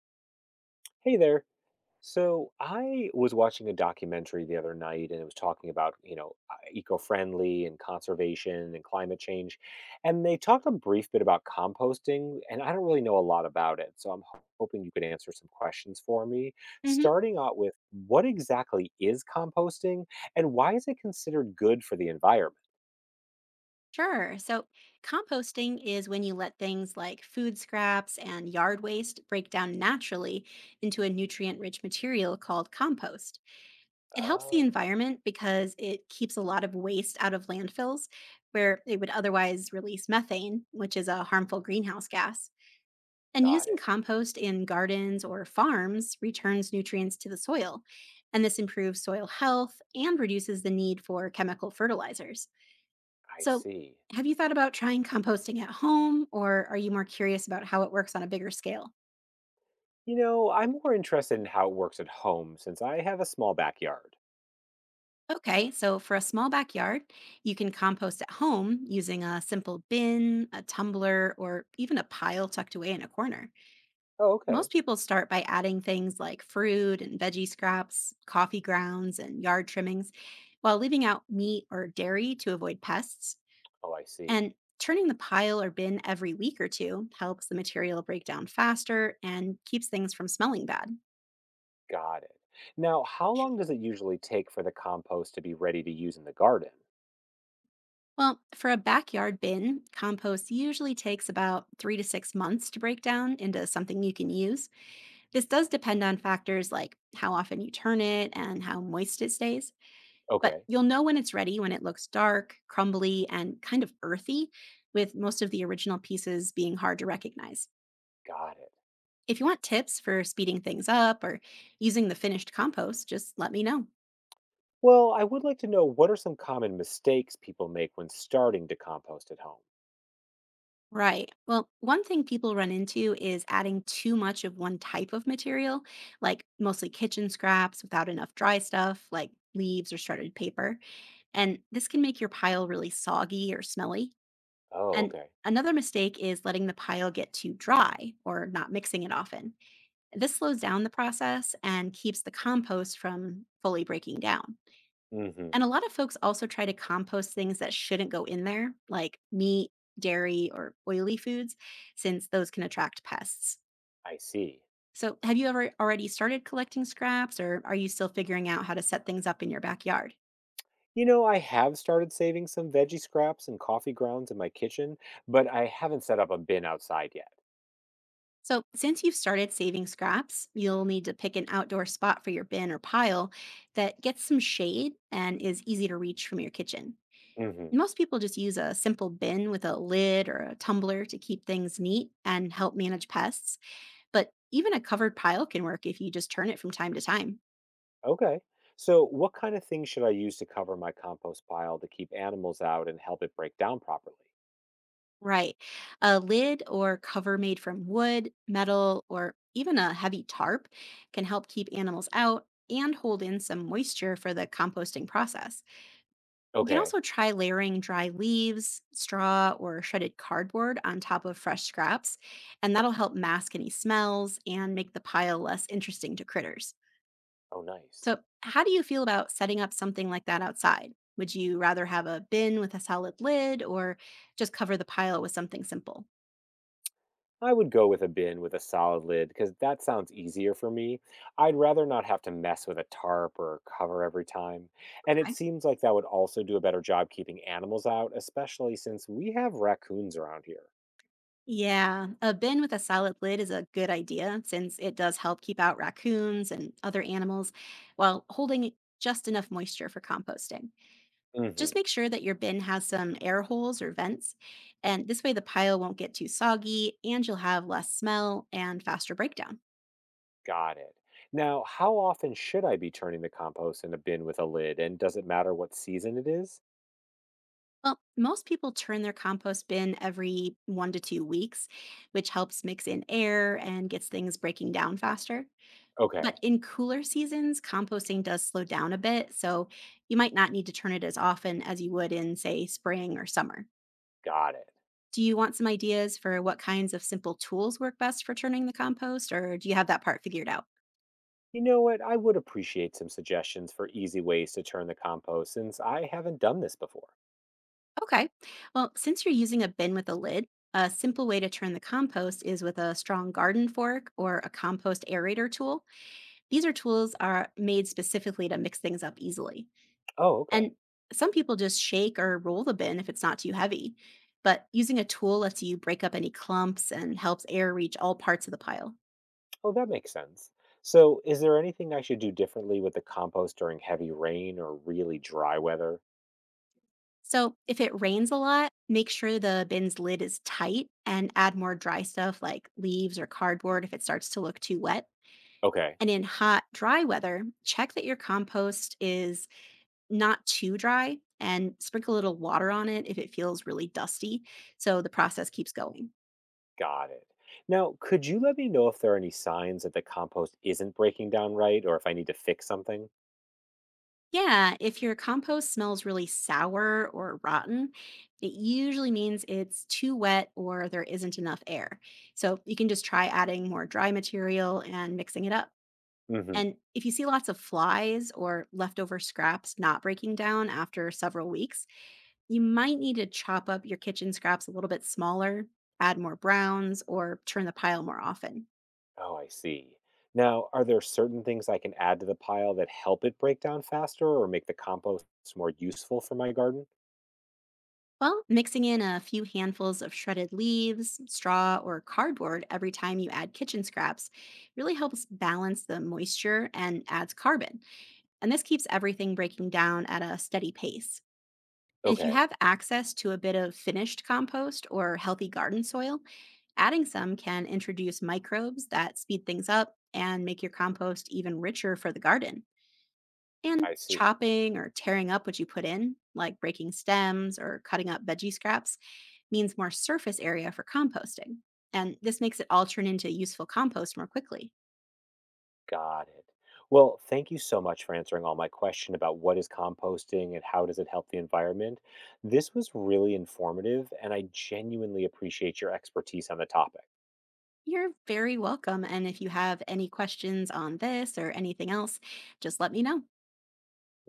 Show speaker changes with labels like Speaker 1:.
Speaker 1: Hey there. So I was watching a documentary the other night and it was talking about, eco-friendly and conservation and climate change. And they talked a brief bit about composting, and I don't really know a lot about it. So hoping you could answer some questions for me,
Speaker 2: hmm
Speaker 1: starting out with what exactly is composting and why is it considered good for the environment?
Speaker 2: Sure. So, composting is when you let things like food scraps and yard waste break down naturally into a nutrient rich material called compost. It helps the
Speaker 1: Oh,
Speaker 2: environment because it keeps a lot of waste out of landfills where it would otherwise release methane, which is a harmful greenhouse gas. And
Speaker 1: got
Speaker 2: using
Speaker 1: it.
Speaker 2: compost in gardens or farms returns nutrients to the soil. And this improves soil health and reduces the need for chemical fertilizers.
Speaker 1: I
Speaker 2: So,
Speaker 1: see.
Speaker 2: have you thought about trying composting at home, or are you more curious about how it works on a bigger scale?
Speaker 1: I'm more interested in how it works at home since I have a small backyard.
Speaker 2: Okay, so for a small backyard, you can compost at home using a simple bin, a tumbler, or even a pile tucked away in a corner.
Speaker 1: Oh, okay.
Speaker 2: Most people start by adding things like fruit and veggie scraps, coffee grounds, and yard trimmings, while leaving out meat or dairy to avoid pests.
Speaker 1: Oh, I see.
Speaker 2: And turning the pile or bin every week or two helps the material break down faster and keeps things from smelling bad.
Speaker 1: Got it. Now, how long does it usually take for the compost to be ready to use in the garden?
Speaker 2: Well, for a backyard bin, compost usually takes about 3 to 6 months to break down into something you can use. This does depend on factors like how often you turn it and how moist it stays. But
Speaker 1: Okay,
Speaker 2: you'll know when it's ready when it looks dark, crumbly, and kind of earthy, with most of the original pieces being hard to recognize.
Speaker 1: got it.
Speaker 2: If you want tips for speeding things up or using the finished compost, just let me know.
Speaker 1: Well, I would like to know what are some common mistakes people make when starting to compost at home?
Speaker 2: Right. Well, one thing people run into is adding too much of one type of material, like mostly kitchen scraps without enough dry stuff, like leaves or shredded paper. And this can make your pile really soggy or smelly.
Speaker 1: Oh,
Speaker 2: And
Speaker 1: okay.
Speaker 2: another mistake is letting the pile get too dry or not mixing it often. This slows down the process and keeps the compost from fully breaking down.
Speaker 1: Hmm.
Speaker 2: And a lot of folks also try to compost things that shouldn't go in there, like meat, dairy, or oily foods, since those can attract pests.
Speaker 1: I see.
Speaker 2: So, have you ever already started collecting scraps, or are you still figuring out how to set things up in your backyard?
Speaker 1: I have started saving some veggie scraps and coffee grounds in my kitchen, but I haven't set up a bin outside yet.
Speaker 2: So, since you've started saving scraps, you'll need to pick an outdoor spot for your bin or pile that gets some shade and is easy to reach from your kitchen.
Speaker 1: Hmm.
Speaker 2: Most people just use a simple bin with a lid or a tumbler to keep things neat and help manage pests. But even a covered pile can work if you just turn it from time to time.
Speaker 1: Okay. So, what kind of things should I use to cover my compost pile to keep animals out and help it break down properly?
Speaker 2: Right. A lid or cover made from wood, metal, or even a heavy tarp can help keep animals out and hold in some moisture for the composting process. You can
Speaker 1: Okay.
Speaker 2: also try layering dry leaves, straw, or shredded cardboard on top of fresh scraps, and that'll help mask any smells and make the pile less interesting to critters.
Speaker 1: Oh, nice.
Speaker 2: So, how do you feel about setting up something like that outside? Would you rather have a bin with a solid lid or just cover the pile with something simple?
Speaker 1: I would go with a bin with a solid lid because that sounds easier for me. I'd rather not have to mess with a tarp or a cover every time. And it
Speaker 2: Okay.
Speaker 1: seems like that would also do a better job keeping animals out, especially since we have raccoons around here.
Speaker 2: Yeah, a bin with a solid lid is a good idea since it does help keep out raccoons and other animals while holding just enough moisture for composting.
Speaker 1: Hmm.
Speaker 2: Just make sure that your bin has some air holes or vents, and this way the pile won't get too soggy and you'll have less smell and faster breakdown.
Speaker 1: Got it. Now, how often should I be turning the compost in a bin with a lid? And does it matter what season it is?
Speaker 2: Well, most people turn their compost bin every 1 to 2 weeks, which helps mix in air and gets things breaking down faster.
Speaker 1: Okay,
Speaker 2: But in cooler seasons, composting does slow down a bit, so you might not need to turn it as often as you would in, say, spring or summer.
Speaker 1: got it.
Speaker 2: Do you want some ideas for what kinds of simple tools work best for turning the compost, or do you have that part figured out?
Speaker 1: You know what? I would appreciate some suggestions for easy ways to turn the compost since I haven't done this before.
Speaker 2: Okay. Well, since you're using a bin with a lid, a simple way to turn the compost is with a strong garden fork or a compost aerator tool. These are tools are made specifically to mix things up easily.
Speaker 1: Oh, okay.
Speaker 2: And some people just shake or roll the bin if it's not too heavy. But using a tool lets you break up any clumps and helps air reach all parts of the pile.
Speaker 1: Oh, that makes sense. So, is there anything I should do differently with the compost during heavy rain or really dry weather?
Speaker 2: So if it rains a lot, make sure the bin's lid is tight and add more dry stuff like leaves or cardboard if it starts to look too wet.
Speaker 1: Okay,
Speaker 2: And in hot, dry weather, check that your compost is not too dry and sprinkle a little water on it if it feels really dusty so the process keeps going.
Speaker 1: got it. Now, could you let me know if there are any signs that the compost isn't breaking down right or if I need to fix something?
Speaker 2: Yeah, if your compost smells really sour or rotten, it usually means it's too wet or there isn't enough air. So you can just try adding more dry material and mixing it up.
Speaker 1: Hmm.
Speaker 2: And if you see lots of flies or leftover scraps not breaking down after several weeks, you might need to chop up your kitchen scraps a little bit smaller, add more browns, or turn the pile more often.
Speaker 1: Oh, I see. Now, are there certain things I can add to the pile that help it break down faster or make the compost more useful for my garden?
Speaker 2: Well, mixing in a few handfuls of shredded leaves, straw, or cardboard every time you add kitchen scraps really helps balance the moisture and adds carbon. And this keeps everything breaking down at a steady pace. And if you
Speaker 1: Okay,
Speaker 2: have access to a bit of finished compost or healthy garden soil, adding some can introduce microbes that speed things up and make your compost even richer for the garden. And
Speaker 1: I see.
Speaker 2: chopping or tearing up what you put in, like breaking stems or cutting up veggie scraps, means more surface area for composting. And this makes it all turn into useful compost more quickly.
Speaker 1: Got it. Well, thank you so much for answering all my question about what is composting and how does it help the environment. This was really informative, and I genuinely appreciate your expertise on the topic.
Speaker 2: You're very welcome. And if you have any questions on this or anything else, just let me know.